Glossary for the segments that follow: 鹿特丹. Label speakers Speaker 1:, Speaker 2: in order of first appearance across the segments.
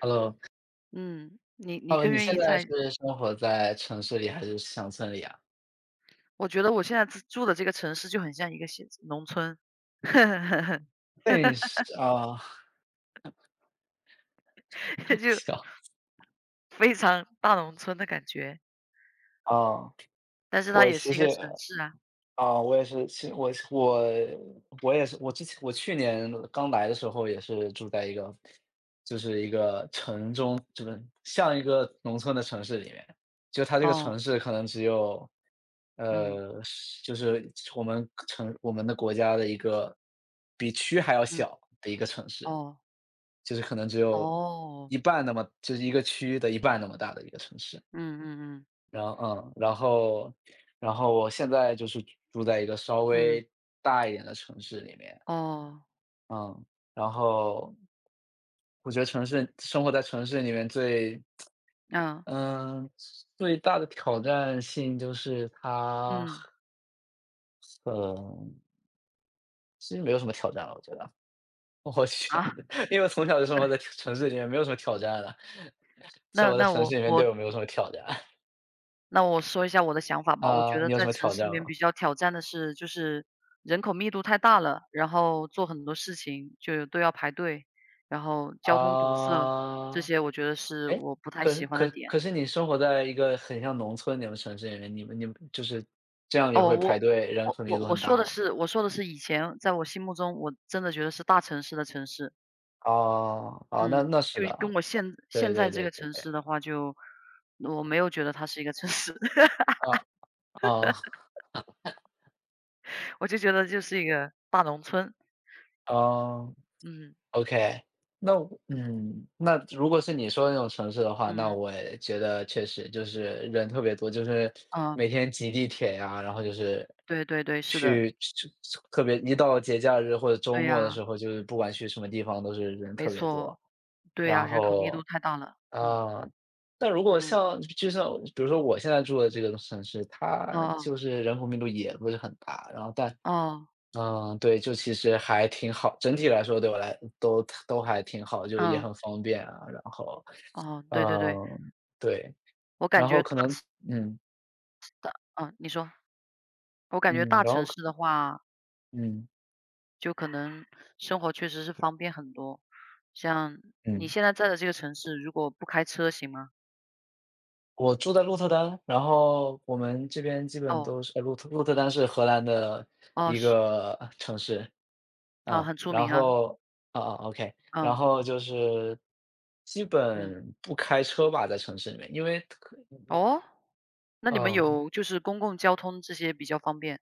Speaker 1: Hello，Hello，
Speaker 2: 嗯，你更
Speaker 1: 你
Speaker 2: 愿
Speaker 1: 现
Speaker 2: 意
Speaker 1: 在
Speaker 2: 在
Speaker 1: 是生活在城市里还是乡村里啊？
Speaker 2: 我觉得我现在自住的这个城市就很像一个县农村，
Speaker 1: 对，是啊，
Speaker 2: 就
Speaker 1: 小，
Speaker 2: 非常大农村的感觉，
Speaker 1: 啊，
Speaker 2: 但是它
Speaker 1: 我
Speaker 2: 也
Speaker 1: 其
Speaker 2: 是一
Speaker 1: 实
Speaker 2: 个城市啊。
Speaker 1: 我也是，其实我也是，我之前我去年刚来的时候也是住在一个，就是一个城中，就是像一个农村的城市里面，就它这个城
Speaker 2: 哦，
Speaker 1: 市可能只有，
Speaker 2: 嗯，
Speaker 1: 就是我们的国家的一个比区还要
Speaker 2: 嗯，
Speaker 1: 小的一个城市，
Speaker 2: 哦，
Speaker 1: 就是可能只有
Speaker 2: 哦，
Speaker 1: 一半那么就是一个区域的一半那么大的一个城市。
Speaker 2: 嗯嗯嗯，
Speaker 1: 然后嗯，然后然后我现在就是住在一个稍
Speaker 2: 嗯，
Speaker 1: 微大一点的城市里面。
Speaker 2: 哦，
Speaker 1: 嗯，然后我觉得生活在城市里面
Speaker 2: 嗯，
Speaker 1: 嗯，最大的挑战性就是
Speaker 2: 嗯，
Speaker 1: 其实没有什么挑战了，我觉得。我去，
Speaker 2: 啊，
Speaker 1: 因为从小就生活在 城市里面，没有什么挑战了。生
Speaker 2: 那
Speaker 1: 活在
Speaker 2: 那
Speaker 1: 城
Speaker 2: 我
Speaker 1: 市里面
Speaker 2: 我
Speaker 1: 对我没有什么挑战。
Speaker 2: 那我说一下我的想法吧，我觉
Speaker 1: 啊，
Speaker 2: 得
Speaker 1: 你有什
Speaker 2: 在
Speaker 1: 么
Speaker 2: 城
Speaker 1: 挑
Speaker 2: 市
Speaker 1: 战
Speaker 2: 里面
Speaker 1: 吗？
Speaker 2: 比较挑战的是，就是人口密度太大了，然后做很多事情就都要排队，然后交通堵塞，这
Speaker 1: 啊，
Speaker 2: 些我觉得是
Speaker 1: 哎，
Speaker 2: 我不太
Speaker 1: 可是
Speaker 2: 喜欢的
Speaker 1: 可
Speaker 2: 点。
Speaker 1: 可是你生活在一个很像农村那种城市里面，你们就是这样也
Speaker 2: 哦，
Speaker 1: 会排
Speaker 2: 我
Speaker 1: 队，人
Speaker 2: 我
Speaker 1: 口密
Speaker 2: 我
Speaker 1: 度
Speaker 2: 我
Speaker 1: 很
Speaker 2: 说
Speaker 1: 大
Speaker 2: 的
Speaker 1: 吗？
Speaker 2: 是以前在我心目中，我真的觉得是大城市的城市，
Speaker 1: 哦，哦，那
Speaker 2: 嗯，
Speaker 1: 那是
Speaker 2: 就
Speaker 1: 的啊，
Speaker 2: 跟我现
Speaker 1: 对
Speaker 2: 现在
Speaker 1: 对
Speaker 2: 这
Speaker 1: 对
Speaker 2: 个
Speaker 1: 对
Speaker 2: 城
Speaker 1: 对，
Speaker 2: 市的话就，我没有觉得它是一个城市，
Speaker 1: 啊，啊啊。
Speaker 2: 我就觉得就是一个大农村，
Speaker 1: 哦
Speaker 2: 嗯
Speaker 1: OK,那我嗯，那如果是你说的那种城市的话，那
Speaker 2: 嗯
Speaker 1: 我也觉得确实就是人特别多，就是
Speaker 2: 嗯。
Speaker 1: 每天挤地铁呀，然后就是
Speaker 2: 对对对，是的，
Speaker 1: 去去特别一到节假日或者周
Speaker 2: 对
Speaker 1: 末的
Speaker 2: 呀，
Speaker 1: 时候，就是不管去什么地方都是人
Speaker 2: 没
Speaker 1: 特别
Speaker 2: 错，
Speaker 1: 多。
Speaker 2: 对
Speaker 1: 然
Speaker 2: 呀，人口密度
Speaker 1: 后，
Speaker 2: 太大了，嗯
Speaker 1: 呃，但如果
Speaker 2: 嗯，
Speaker 1: 就像比如说我现在住的这个城市，它
Speaker 2: 哦
Speaker 1: 就是人口密度也不是很大，然后但
Speaker 2: 哦
Speaker 1: 嗯，对，就其实还挺好，整体来说对我来都都还挺好，就也
Speaker 2: 哦，嗯
Speaker 1: 很方便啊。然后，
Speaker 2: 哦，对对对，
Speaker 1: 嗯，对，
Speaker 2: 我感
Speaker 1: 然后
Speaker 2: 觉
Speaker 1: 可
Speaker 2: 大
Speaker 1: 能
Speaker 2: 城，
Speaker 1: 嗯，
Speaker 2: 嗯，你说，我感觉
Speaker 1: 嗯，
Speaker 2: 大
Speaker 1: 然
Speaker 2: 城
Speaker 1: 后
Speaker 2: 市的话，
Speaker 1: 嗯，
Speaker 2: 就可能生活确实是方便很多。像你
Speaker 1: 嗯，
Speaker 2: 现在在的这个城市，如果不开车行吗？
Speaker 1: 我住在鹿特丹，然后我们这边基本
Speaker 2: 哦
Speaker 1: 都是，鹿特丹是荷兰的
Speaker 2: 哦
Speaker 1: 一
Speaker 2: 是
Speaker 1: 个城市。
Speaker 2: 啊，
Speaker 1: 嗯，
Speaker 2: 很出
Speaker 1: 然
Speaker 2: 名啊，
Speaker 1: 后，啊啊，OK,然
Speaker 2: 嗯
Speaker 1: 后就是基
Speaker 2: 嗯，
Speaker 1: 本不开车吧，在城市里面，因为可
Speaker 2: 哦，那你们
Speaker 1: 嗯，
Speaker 2: 有就是公共交通这些比较方便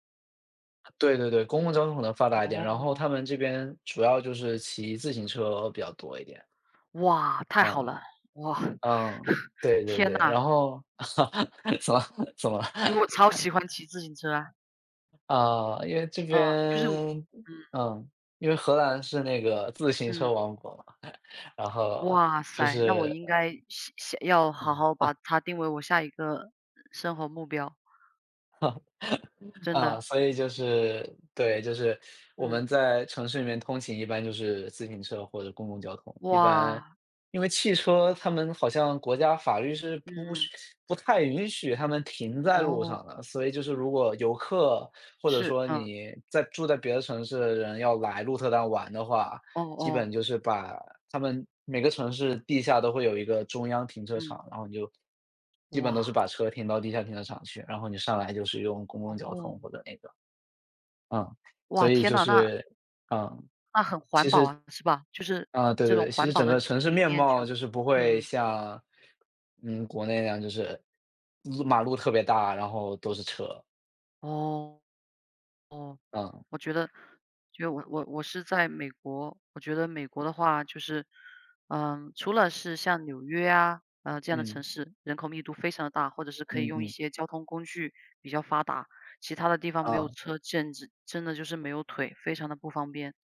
Speaker 1: 对对对，公共交通可能发达一点，然后他
Speaker 2: 哦。
Speaker 1: 们这边主要就是骑自行车比较多一点。
Speaker 2: 哇，太好
Speaker 1: 嗯，
Speaker 2: 了！哇，
Speaker 1: 嗯，对对
Speaker 2: 天
Speaker 1: 对，
Speaker 2: 呐，
Speaker 1: 然后 怎么怎么了？
Speaker 2: 因为我超喜欢骑自行车啊，
Speaker 1: 啊，因为这
Speaker 2: 啊，就是嗯
Speaker 1: 边嗯，因为荷兰是那个自行
Speaker 2: 嗯，
Speaker 1: 车王国嘛，然后
Speaker 2: 哇
Speaker 1: 就
Speaker 2: 塞，那我
Speaker 1: 是
Speaker 2: 应该想好好把它定为我下一个生活目标，真
Speaker 1: 啊，
Speaker 2: 的，
Speaker 1: 所以就是对，就是我
Speaker 2: 嗯，
Speaker 1: 们在城市里面通勤，一般就是自行车或者公共交通。一般
Speaker 2: 哇，
Speaker 1: 因为汽车，他们好像国家法律是
Speaker 2: 嗯
Speaker 1: 不是
Speaker 2: 嗯，
Speaker 1: 不太允许他们停在路
Speaker 2: 哦，
Speaker 1: 上的，所以就是如果游客或者
Speaker 2: 是，
Speaker 1: 说
Speaker 2: 嗯，
Speaker 1: 你住在别的城市的人要来鹿特丹玩的话，
Speaker 2: 哦
Speaker 1: 基
Speaker 2: 哦，
Speaker 1: 本就是把他们每个城市地下都会有一个中央停车
Speaker 2: 嗯，
Speaker 1: 场，然后你就基本都
Speaker 2: 哇，
Speaker 1: 是把车停到地下停车场去，然后你上来就是用公共交通
Speaker 2: 哦，
Speaker 1: 或者那个，嗯，所
Speaker 2: 哇，
Speaker 1: 以
Speaker 2: 天
Speaker 1: 就
Speaker 2: 呐，那
Speaker 1: 是，嗯，
Speaker 2: 那很
Speaker 1: 其
Speaker 2: 环保
Speaker 1: 实
Speaker 2: 啊，是吧？就是
Speaker 1: 啊，对
Speaker 2: 这
Speaker 1: 对
Speaker 2: 种
Speaker 1: 对，其实
Speaker 2: 环保
Speaker 1: 整
Speaker 2: 的
Speaker 1: 个城市
Speaker 2: 理
Speaker 1: 面
Speaker 2: 念就，
Speaker 1: 貌就是不会
Speaker 2: 嗯嗯，
Speaker 1: 像，国内那样，就是马路特别大，然后都是车，
Speaker 2: 哦。哦，
Speaker 1: 嗯
Speaker 2: 我觉得我是在美国，我觉得美国的话就是，嗯，除了是像纽约啊，这样的城
Speaker 1: 嗯
Speaker 2: 市，人口密度非常的大，或者是可以
Speaker 1: 嗯
Speaker 2: 用一
Speaker 1: 嗯，
Speaker 2: 些交通工具比较发达，其他的地方没有
Speaker 1: 啊。
Speaker 2: 车，简直真的就是没有腿，非常的不方便。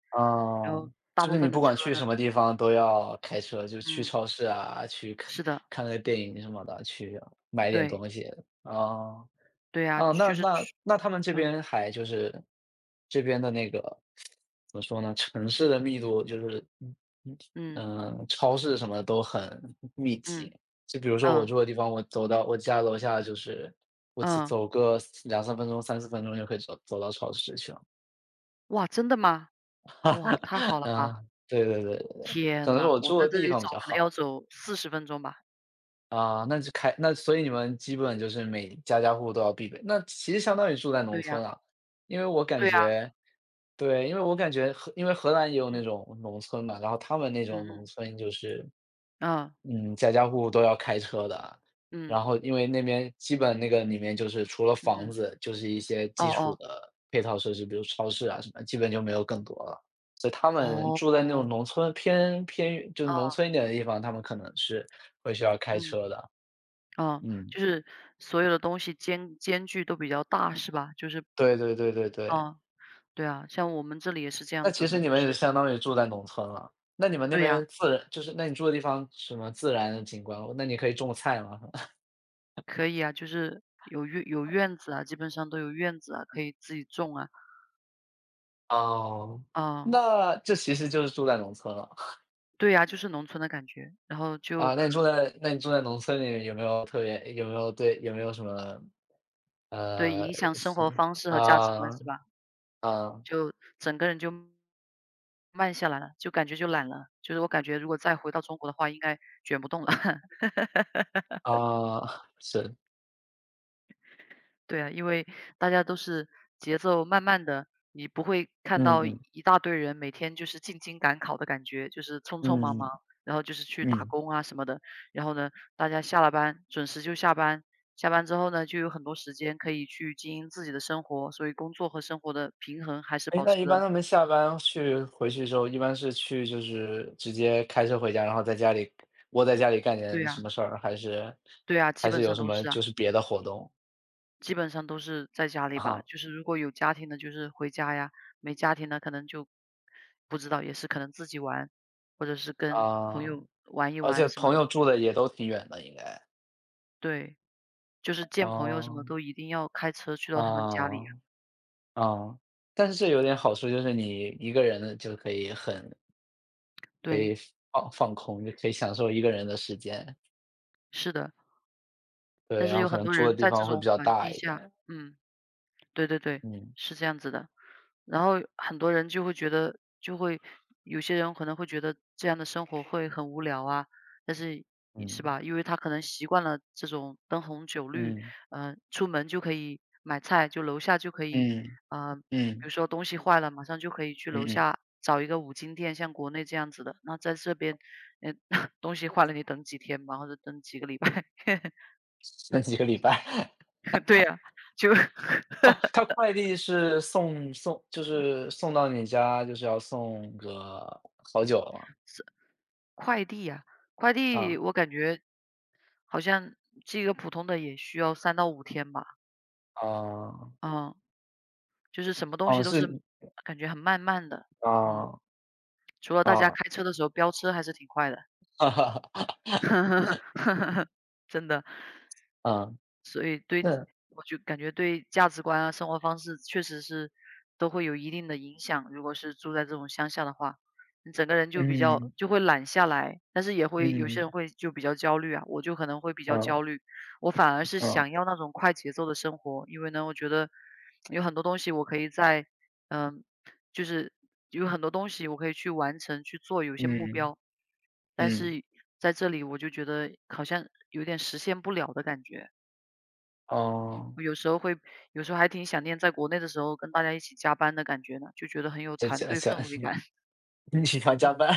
Speaker 2: 然
Speaker 1: 啊，
Speaker 2: 后大
Speaker 1: 就
Speaker 2: 部
Speaker 1: 是你
Speaker 2: 分的
Speaker 1: 不
Speaker 2: 车
Speaker 1: 管去
Speaker 2: 呢，
Speaker 1: 什么地方都要开车，就去
Speaker 2: 嗯，
Speaker 1: 超市啊，去看
Speaker 2: 是的，
Speaker 1: 看个电影什么的，去买点
Speaker 2: 对
Speaker 1: 东西。啊
Speaker 2: 对呀，
Speaker 1: 啊，那
Speaker 2: 就是
Speaker 1: 那
Speaker 2: 去
Speaker 1: 那他们这
Speaker 2: 嗯
Speaker 1: 边还就是这边的那个怎么说呢，城市的密度就是
Speaker 2: 嗯
Speaker 1: 超市什么的都很密集。
Speaker 2: 嗯
Speaker 1: 就比如说我
Speaker 2: 嗯
Speaker 1: 住的地方，我走到我家楼下就是我走
Speaker 2: 嗯，
Speaker 1: 走个两三分钟、三四分钟就可以走到超市去了。
Speaker 2: 哇，真的吗？哇，太好 了吧！
Speaker 1: 啊，对对对对对，可
Speaker 2: 天
Speaker 1: 能是
Speaker 2: 呐，
Speaker 1: 我
Speaker 2: 我
Speaker 1: 住
Speaker 2: 在
Speaker 1: 的
Speaker 2: 这
Speaker 1: 地
Speaker 2: 里
Speaker 1: 方比
Speaker 2: 走
Speaker 1: 较
Speaker 2: 可能要
Speaker 1: 好。
Speaker 2: 走40分钟吧。
Speaker 1: 啊，那就开那所以你们基本就是每家家户户都要必备，那其实相当于住在农
Speaker 2: 对
Speaker 1: 村
Speaker 2: 呀，
Speaker 1: 啊。因为我感
Speaker 2: 对呀，
Speaker 1: 觉对，因为荷兰也有那
Speaker 2: 嗯，
Speaker 1: 种农村嘛，然后他们那种
Speaker 2: 嗯
Speaker 1: 农
Speaker 2: 嗯，
Speaker 1: 村就是
Speaker 2: 啊，
Speaker 1: 嗯，家家户户都要开车的，
Speaker 2: 嗯，
Speaker 1: 然后因为那边基本那个里面就是除了房
Speaker 2: 嗯，
Speaker 1: 子，就是一些
Speaker 2: 哦
Speaker 1: 基础
Speaker 2: 哦，
Speaker 1: 的配套设施，比如超市啊什么，基本就没有更多了。所以他们住在那种
Speaker 2: 哦，
Speaker 1: 农村偏偏就是农
Speaker 2: 哦，
Speaker 1: 村一点的地方，他们可能是会需要开
Speaker 2: 嗯，
Speaker 1: 车的。
Speaker 2: 哦，
Speaker 1: 嗯，
Speaker 2: 就是所有的东西间距都比较大是吧？就是
Speaker 1: 对对对对对，
Speaker 2: 啊，对啊，像我们这里也是这
Speaker 1: 那
Speaker 2: 样
Speaker 1: 其
Speaker 2: 子
Speaker 1: 实
Speaker 2: 的，
Speaker 1: 你
Speaker 2: 就
Speaker 1: 们也
Speaker 2: 是
Speaker 1: 相当于住在农村了。那你们那
Speaker 2: 对
Speaker 1: 边
Speaker 2: 呀，
Speaker 1: 自然就是那你住的地方什么自然的景观，那你可以种菜吗？
Speaker 2: 可以啊，就是有院子啊，基本上都有院子啊，可以自己种啊，
Speaker 1: 哦，
Speaker 2: 啊，
Speaker 1: 那这其实就是住在农村了。
Speaker 2: 对呀，就是农村的感觉，然后就
Speaker 1: 啊，那你住在农村里有没有特别有没有对有没有什么，
Speaker 2: 对，
Speaker 1: 呃，
Speaker 2: 影响生
Speaker 1: 习
Speaker 2: 活方式和价值观
Speaker 1: 啊，
Speaker 2: 是吧？
Speaker 1: 啊，
Speaker 2: 就整个人就慢下来了，就感觉就懒了。就是我感觉如果再回到中国的话，应该卷不动了。
Speaker 1: 啊，是，
Speaker 2: 对啊，因为大家都是节奏慢慢的，你不会看
Speaker 1: 嗯
Speaker 2: 到
Speaker 1: 嗯，
Speaker 2: 一大堆人每天就是进京赶考的感觉，就是匆匆忙
Speaker 1: 嗯
Speaker 2: 忙，然后就是去打
Speaker 1: 嗯。
Speaker 2: 工啊什么的。然后呢，大家下了班准时就下班，下班之后呢，就有很多时间可以去经营自己的生活，所以工作和生活的平衡还是
Speaker 1: 哎，
Speaker 2: 保
Speaker 1: 那
Speaker 2: 持
Speaker 1: 一般
Speaker 2: 的。
Speaker 1: 他们下班去回去之后，一般是去就是直接开车回家，然后在家里窝在家里干
Speaker 2: 对
Speaker 1: 点什
Speaker 2: 呀
Speaker 1: 么事儿，还是
Speaker 2: 对呀，基
Speaker 1: 还是
Speaker 2: 本
Speaker 1: 有
Speaker 2: 上
Speaker 1: 什
Speaker 2: 都
Speaker 1: 么
Speaker 2: 是啊。
Speaker 1: 就是别的活动？
Speaker 2: 基本上都是在家里吧，
Speaker 1: 啊，
Speaker 2: 就是如果有家庭的，就是回家呀，没家庭的可能就不知道，也是可能自己玩，或者是跟朋
Speaker 1: 啊，
Speaker 2: 友玩一
Speaker 1: 而
Speaker 2: 玩
Speaker 1: 且
Speaker 2: 什么
Speaker 1: 朋友
Speaker 2: 的。
Speaker 1: 住的也都挺远的，应该。
Speaker 2: 对，就是见朋友什
Speaker 1: 啊
Speaker 2: 么都一定要开车去到他们家里。
Speaker 1: 啊。啊，但是这有点好处，就是你一个人就可以可以
Speaker 2: 对，
Speaker 1: 放空，就可以享受一个人的时间。
Speaker 2: 是的，
Speaker 1: 对，
Speaker 2: 但
Speaker 1: 然
Speaker 2: 是
Speaker 1: 后
Speaker 2: 有
Speaker 1: 可
Speaker 2: 很
Speaker 1: 能
Speaker 2: 多
Speaker 1: 住的
Speaker 2: 人
Speaker 1: 地
Speaker 2: 在这
Speaker 1: 方会比
Speaker 2: 种
Speaker 1: 较
Speaker 2: 环
Speaker 1: 大
Speaker 2: 境
Speaker 1: 一
Speaker 2: 下
Speaker 1: 点。
Speaker 2: 嗯，对对对，
Speaker 1: 嗯，
Speaker 2: 是这样子的。然后很多人就会觉得，就会有些人可能会觉得这样的生活会很无聊啊，但是是
Speaker 1: 嗯，
Speaker 2: 吧？因为他可能习惯了这种灯红酒绿，
Speaker 1: 嗯，
Speaker 2: 嗯，出门就可以买菜，就楼下就可以，
Speaker 1: 嗯，
Speaker 2: 比
Speaker 1: 嗯，
Speaker 2: 如说东西坏了，马上就可以去
Speaker 1: 嗯
Speaker 2: 楼
Speaker 1: 嗯，
Speaker 2: 下找一个五金店，像国内这样子的。那在这边，嗯，东西坏了你等几天吧，或者等几个礼拜，
Speaker 1: 那几个礼拜。
Speaker 2: 对呀、就
Speaker 1: 哦，他快递是送到你家，就是要送个好久了吗？
Speaker 2: 是快递呀、快
Speaker 1: 啊，
Speaker 2: 递我感觉好像寄个普通的也需要3到5天吧，
Speaker 1: 啊，
Speaker 2: 嗯，就是什么东
Speaker 1: 哦，
Speaker 2: 西都
Speaker 1: 是
Speaker 2: 是感觉很慢慢的，嗯，
Speaker 1: 啊
Speaker 2: 除了大家
Speaker 1: 啊
Speaker 2: 开车的时候飙车还是挺快的，
Speaker 1: 哈哈哈
Speaker 2: 真的。
Speaker 1: 啊
Speaker 2: 所以对
Speaker 1: 那
Speaker 2: 我就感觉对价值观啊、生活方式确实是都会有一定的影响。如果是住在这种乡下的话，你整个人就比较
Speaker 1: 嗯，
Speaker 2: 就会懒下来，但是也会有些人
Speaker 1: 嗯，
Speaker 2: 会就比较焦虑啊，我就可能会比较
Speaker 1: 嗯，
Speaker 2: 焦虑。我反而是
Speaker 1: 嗯。
Speaker 2: 想要那种快节奏的生活，因为呢，我觉得有很多东西我可以在嗯、就是有很多东西我可以去完成去做，有些目
Speaker 1: 嗯，
Speaker 2: 标，但
Speaker 1: 嗯，
Speaker 2: 是在这里我就觉得好像有点实现不了的感觉。
Speaker 1: 哦，
Speaker 2: 我有时候会有时候还挺想念在国内的时候跟大家一起加班的感觉呢，就觉得很有
Speaker 1: 这
Speaker 2: 团
Speaker 1: 这
Speaker 2: 队
Speaker 1: 这，
Speaker 2: 氛围 感。
Speaker 1: 你喜欢
Speaker 2: 嗯，
Speaker 1: 加班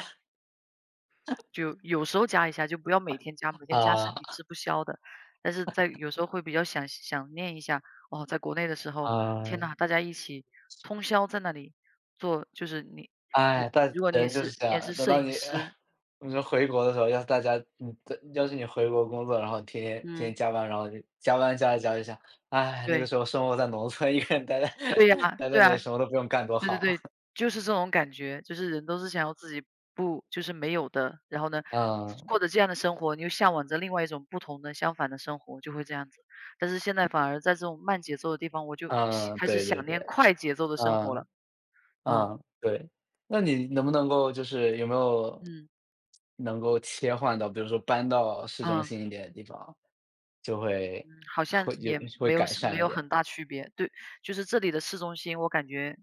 Speaker 2: 就有时候加一下，就不要每天加，每 天加身
Speaker 1: 啊，
Speaker 2: 体吃不消的。但是在有时候会比较想念一下，哦，在国内的时候，天
Speaker 1: 啊，
Speaker 2: 呐，大家一起通宵在那里做，就是你，如
Speaker 1: 哎，但
Speaker 2: 如果你
Speaker 1: 人
Speaker 2: 也
Speaker 1: 就
Speaker 2: 是
Speaker 1: 是这
Speaker 2: 你也是
Speaker 1: 样，等
Speaker 2: 摄
Speaker 1: 到
Speaker 2: 影
Speaker 1: 你
Speaker 2: 师，
Speaker 1: 你说回国的时候，要是大家嗯，对，要是你回国工作，然后天天
Speaker 2: 嗯，
Speaker 1: 加班，然后就加班加着加着想，唉，那个
Speaker 2: 对
Speaker 1: 时候生活在农村，一个人
Speaker 2: 对呀、
Speaker 1: 待在
Speaker 2: 对
Speaker 1: 那里
Speaker 2: 呀。
Speaker 1: 什么都不用干多
Speaker 2: 对对
Speaker 1: 好。
Speaker 2: 对，就是这种感觉，就是人都是想要自己不就是没有的，然后呢，
Speaker 1: 嗯，
Speaker 2: 过着这样的生活，你又向往着另外一种不同的、相反的生活，就会这样子。但是现在反而在这种慢节奏的地方，我就喜
Speaker 1: 嗯，
Speaker 2: 开始
Speaker 1: 对对
Speaker 2: 想
Speaker 1: 对，
Speaker 2: 念快节奏的生活了。
Speaker 1: 嗯。
Speaker 2: 嗯
Speaker 1: 嗯，对。那你能不能够就是有没有
Speaker 2: 嗯
Speaker 1: 能够切换到，比如说搬到市中
Speaker 2: 嗯
Speaker 1: 心一点的地方，就会
Speaker 2: 嗯，好像
Speaker 1: 会有
Speaker 2: 也
Speaker 1: 会
Speaker 2: 没有
Speaker 1: 改
Speaker 2: 没
Speaker 1: 善一
Speaker 2: 有
Speaker 1: 点？
Speaker 2: 很大区别。对，就是这里的市中心，我感觉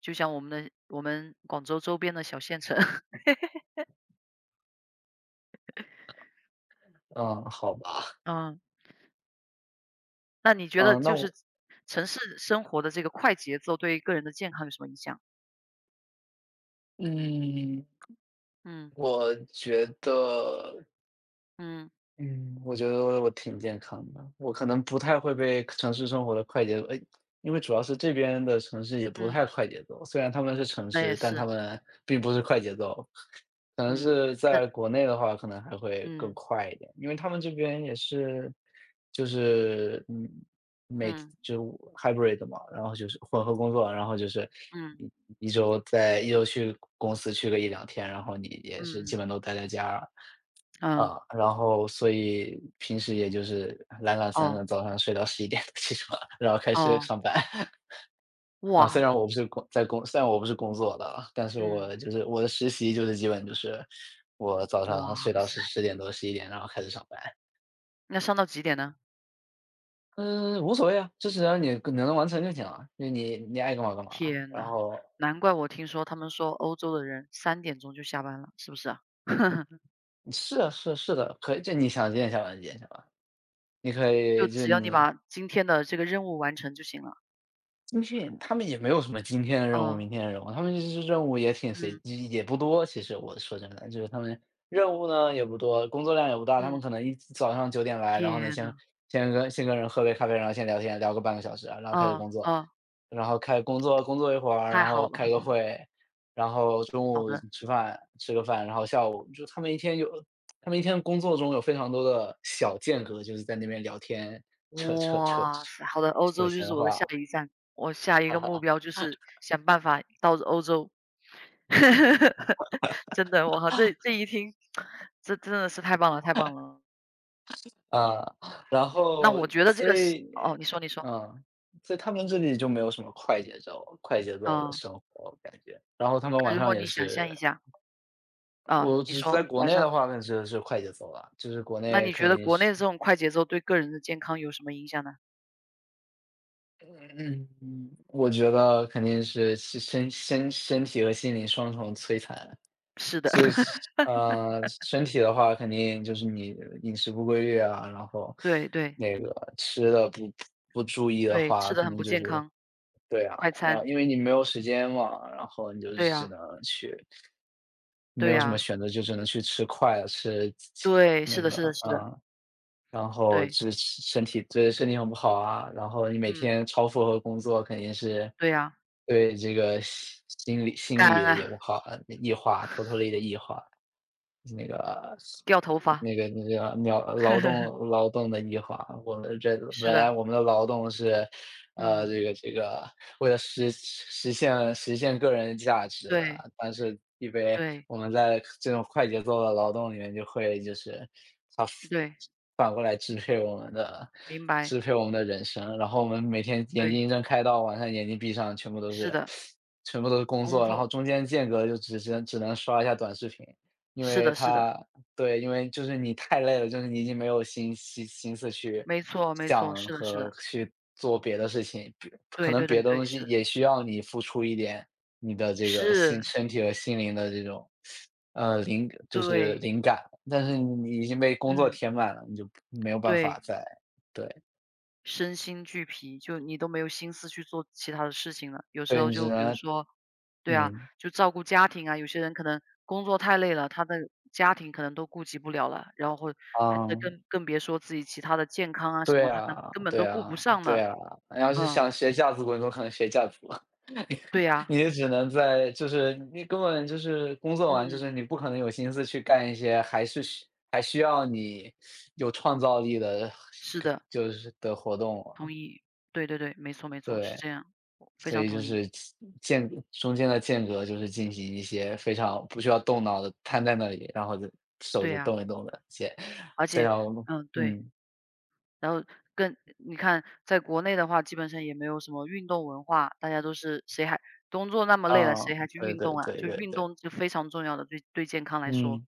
Speaker 2: 就像我们广州周边的小县城。
Speaker 1: 嗯，好吧。
Speaker 2: 嗯。那你觉得
Speaker 1: 嗯，那
Speaker 2: 就是
Speaker 1: 我
Speaker 2: 城市生活的这个快节奏对个人的健康有什么影响？
Speaker 1: 嗯，
Speaker 2: 嗯
Speaker 1: 我觉得
Speaker 2: 嗯
Speaker 1: 嗯，我觉得我挺健康的，我可能不太会被城市生活的快节奏，哎，因为主要是这边的城市也不太
Speaker 2: 嗯，
Speaker 1: 快节奏，虽然他们是城
Speaker 2: 那
Speaker 1: 市，
Speaker 2: 也
Speaker 1: 但他
Speaker 2: 是，
Speaker 1: 们并不是快节奏，可能
Speaker 2: 嗯，
Speaker 1: 是
Speaker 2: 呃，
Speaker 1: 在国内的话，可能还会更
Speaker 2: 嗯
Speaker 1: 快一点，因为他们这边也是，就是每
Speaker 2: 嗯
Speaker 1: 就 hybrid 嘛，然后就是混合工作，然后就是
Speaker 2: 嗯
Speaker 1: 一周去公司去个一两天，然后你也是基
Speaker 2: 嗯
Speaker 1: 本都待在家。
Speaker 2: 嗯，
Speaker 1: 啊，然后所以平时也就是懒懒散
Speaker 2: 哦
Speaker 1: 散，早上睡到十一点起床，然后开始
Speaker 2: 哦，
Speaker 1: 上班。啊，
Speaker 2: 哇
Speaker 1: 虽然我不是工作的啊，但是
Speaker 2: 嗯
Speaker 1: 我就是我的实习就是基本就是我早上
Speaker 2: 哇
Speaker 1: 睡到十
Speaker 2: 塞，
Speaker 1: 十点多、十一点，然后开始上班。
Speaker 2: 那上到几点呢？
Speaker 1: 嗯，无所谓啊，就只要你能完成就行了，就你爱干嘛干嘛。
Speaker 2: 天
Speaker 1: 然
Speaker 2: 呐，
Speaker 1: 后
Speaker 2: 难怪我听说他们说欧洲的人3点钟就下班了，是不是啊？
Speaker 1: 是啊，是啊是的，可以就你想几点下班几点下班，你可
Speaker 2: 就
Speaker 1: 以就是
Speaker 2: 只要你
Speaker 1: 你
Speaker 2: 把今天的这个任务完成就行了。
Speaker 1: 军训，他们也没有什么今天的任务、
Speaker 2: 哦，
Speaker 1: 明天的任务，他们就是任务也挺随
Speaker 2: 嗯
Speaker 1: 机，也不多。其实我说真的，就是他们任务呢也不多，工作量也不大。他们
Speaker 2: 嗯，
Speaker 1: 可能一早上9点来，然后呢
Speaker 2: 天
Speaker 1: 先
Speaker 2: 呐，
Speaker 1: 先跟人喝杯咖啡，然后先聊天，聊个半个小时啊，然后开始工
Speaker 2: 啊
Speaker 1: 作，
Speaker 2: 啊，
Speaker 1: 然后开工作工作一会儿，
Speaker 2: 太
Speaker 1: 然后
Speaker 2: 好了，
Speaker 1: 开个会，然后中
Speaker 2: 好
Speaker 1: 午
Speaker 2: 的。
Speaker 1: 吃饭吃个饭，然后下午就他们一天工作中有非常多的小间隔，就是在那边聊天、扯扯扯扯
Speaker 2: 哇塞，好的，欧
Speaker 1: 扯
Speaker 2: 洲就是
Speaker 1: 闲
Speaker 2: 我的下
Speaker 1: 话。
Speaker 2: 一站，我下一个目 标就是想办法到欧洲。真的，我靠，这一听，这真的是太棒了，太棒了。
Speaker 1: 啊，然
Speaker 2: 那
Speaker 1: 后
Speaker 2: 我觉得这
Speaker 1: 所
Speaker 2: 个是
Speaker 1: 以
Speaker 2: 哦，你说，
Speaker 1: 嗯，所以他们这里就没有什么快节奏的
Speaker 2: 啊，
Speaker 1: 生活感觉。然后他们
Speaker 2: 那
Speaker 1: 晚
Speaker 2: 如
Speaker 1: 上
Speaker 2: 果
Speaker 1: 也
Speaker 2: 你想象
Speaker 1: 是
Speaker 2: 一下，啊，
Speaker 1: 我
Speaker 2: 你
Speaker 1: 只在
Speaker 2: 说
Speaker 1: 国
Speaker 2: 晚
Speaker 1: 内的
Speaker 2: 上，
Speaker 1: 话，那就是快节奏了，就是国
Speaker 2: 那
Speaker 1: 内
Speaker 2: 你
Speaker 1: 肯
Speaker 2: 觉得
Speaker 1: 定
Speaker 2: 国内
Speaker 1: 是
Speaker 2: 的这种快节奏对个人的健康有什么影响呢？
Speaker 1: 嗯，我觉得肯定是身体和心灵双重摧残。
Speaker 2: 是的，
Speaker 1: 就 是身体的话，肯定就是你饮食不规律啊，然后
Speaker 2: 对对
Speaker 1: 那个吃的不注意的
Speaker 2: 对，吃
Speaker 1: 话，
Speaker 2: 的
Speaker 1: 肯
Speaker 2: 很
Speaker 1: 定
Speaker 2: 不
Speaker 1: 就
Speaker 2: 健
Speaker 1: 是
Speaker 2: 康，
Speaker 1: 对啊，
Speaker 2: 快
Speaker 1: 然后
Speaker 2: 餐，
Speaker 1: 因为你没有时间嘛，然后你就是
Speaker 2: 对
Speaker 1: 只
Speaker 2: 呀，
Speaker 1: 能去没
Speaker 2: 对
Speaker 1: 有什么
Speaker 2: 呀，
Speaker 1: 选择，就只能去吃快的，吃
Speaker 2: 对，
Speaker 1: 那
Speaker 2: 是的，
Speaker 1: 个，
Speaker 2: 是的，是的，
Speaker 1: 嗯。然后
Speaker 2: 对，
Speaker 1: 这对身体很不好啊，然后你每
Speaker 2: 嗯，
Speaker 1: 天超负荷工作，肯定是
Speaker 2: 对呀。
Speaker 1: 对这个心心理心
Speaker 2: 感
Speaker 1: 理
Speaker 2: 恩
Speaker 1: 也不
Speaker 2: 啊，
Speaker 1: 好，异化偷偷 t a l 的异化。那个
Speaker 2: 掉头发。
Speaker 1: 那个秒劳 动劳动的异化，我们这
Speaker 2: 是
Speaker 1: 本来
Speaker 2: 的，
Speaker 1: 我们的劳动是，
Speaker 2: 嗯，
Speaker 1: 这个为了实现个人价值
Speaker 2: 对，
Speaker 1: 的，但是因为
Speaker 2: 对，
Speaker 1: 我们在这种快节奏的劳动里面就会就是它
Speaker 2: 对，
Speaker 1: 反过来
Speaker 2: 明白，
Speaker 1: 支配我们的人生，然后我们每天眼睛
Speaker 2: 对，
Speaker 1: 一睁开到晚上眼睛闭上，全部都
Speaker 2: 是
Speaker 1: 是
Speaker 2: 的，
Speaker 1: 全部都是工
Speaker 2: 工
Speaker 1: 作，然后
Speaker 2: 作，
Speaker 1: 中间间隔就只能刷一下短视频，因
Speaker 2: 是
Speaker 1: 为
Speaker 2: 的，是的，
Speaker 1: 它对，因为就是你太累了，就是你已经没有心思去
Speaker 2: 没错，没错，
Speaker 1: 想
Speaker 2: 是的，是
Speaker 1: 和
Speaker 2: 的，
Speaker 1: 去做别的事情，别可
Speaker 2: 对
Speaker 1: 能
Speaker 2: 对
Speaker 1: 别
Speaker 2: 对
Speaker 1: 的
Speaker 2: 对，
Speaker 1: 东西
Speaker 2: 是的，
Speaker 1: 也需要你付出一点你的这个
Speaker 2: 是，
Speaker 1: 身体和心灵的这种，就是
Speaker 2: 对，
Speaker 1: 灵感，但是你已经被工作
Speaker 2: 嗯，
Speaker 1: 填满了，你就没有办法
Speaker 2: 对。
Speaker 1: 对，
Speaker 2: 身心俱疲，就你都没有心思去做其他的事情了。有时
Speaker 1: 对，
Speaker 2: 候
Speaker 1: 你只
Speaker 2: 就比如
Speaker 1: 能
Speaker 2: 说对啊，
Speaker 1: 嗯，
Speaker 2: 就照顾家庭啊，有些人可能工作太累了，他的家庭可能都顾及不了了，然后或还这
Speaker 1: 嗯，
Speaker 2: 更别说自己其他的健康啊什
Speaker 1: 对
Speaker 2: 么，他可能
Speaker 1: 啊，
Speaker 2: 根本
Speaker 1: 对
Speaker 2: 都顾
Speaker 1: 啊，
Speaker 2: 不上
Speaker 1: 对
Speaker 2: 了。
Speaker 1: 啊，你要是
Speaker 2: 嗯，
Speaker 1: 想学架子鼓，你怎么可能学架子鼓？
Speaker 2: 对呀，
Speaker 1: 你也只能就是你根本就是工作完，就
Speaker 2: 嗯，
Speaker 1: 是你不可能有心思去干一些还需要你有创造力的，
Speaker 2: 是的，
Speaker 1: 就是的活动了，
Speaker 2: 同意。对对对，没错没错，是
Speaker 1: 对。
Speaker 2: 这样，我非
Speaker 1: 所
Speaker 2: 常
Speaker 1: 以就
Speaker 2: 同意。
Speaker 1: 是中间的间隔就是进行一些非常不需要动脑的，瘫在那里，然后就手
Speaker 2: 对
Speaker 1: 就
Speaker 2: 呀，
Speaker 1: 动一动的一些
Speaker 2: 而
Speaker 1: 非
Speaker 2: 且
Speaker 1: 常
Speaker 2: 嗯，对。
Speaker 1: 嗯，
Speaker 2: 然后更你看在国内的话，基本上也没有什么运动文化，大家都是谁还工作那么累了，
Speaker 1: 啊，
Speaker 2: 谁还去
Speaker 1: 对
Speaker 2: 运
Speaker 1: 对
Speaker 2: 动啊？
Speaker 1: 对
Speaker 2: 就
Speaker 1: 对
Speaker 2: 运
Speaker 1: 对，
Speaker 2: 动就非常重要的，对对健康来说。
Speaker 1: 嗯。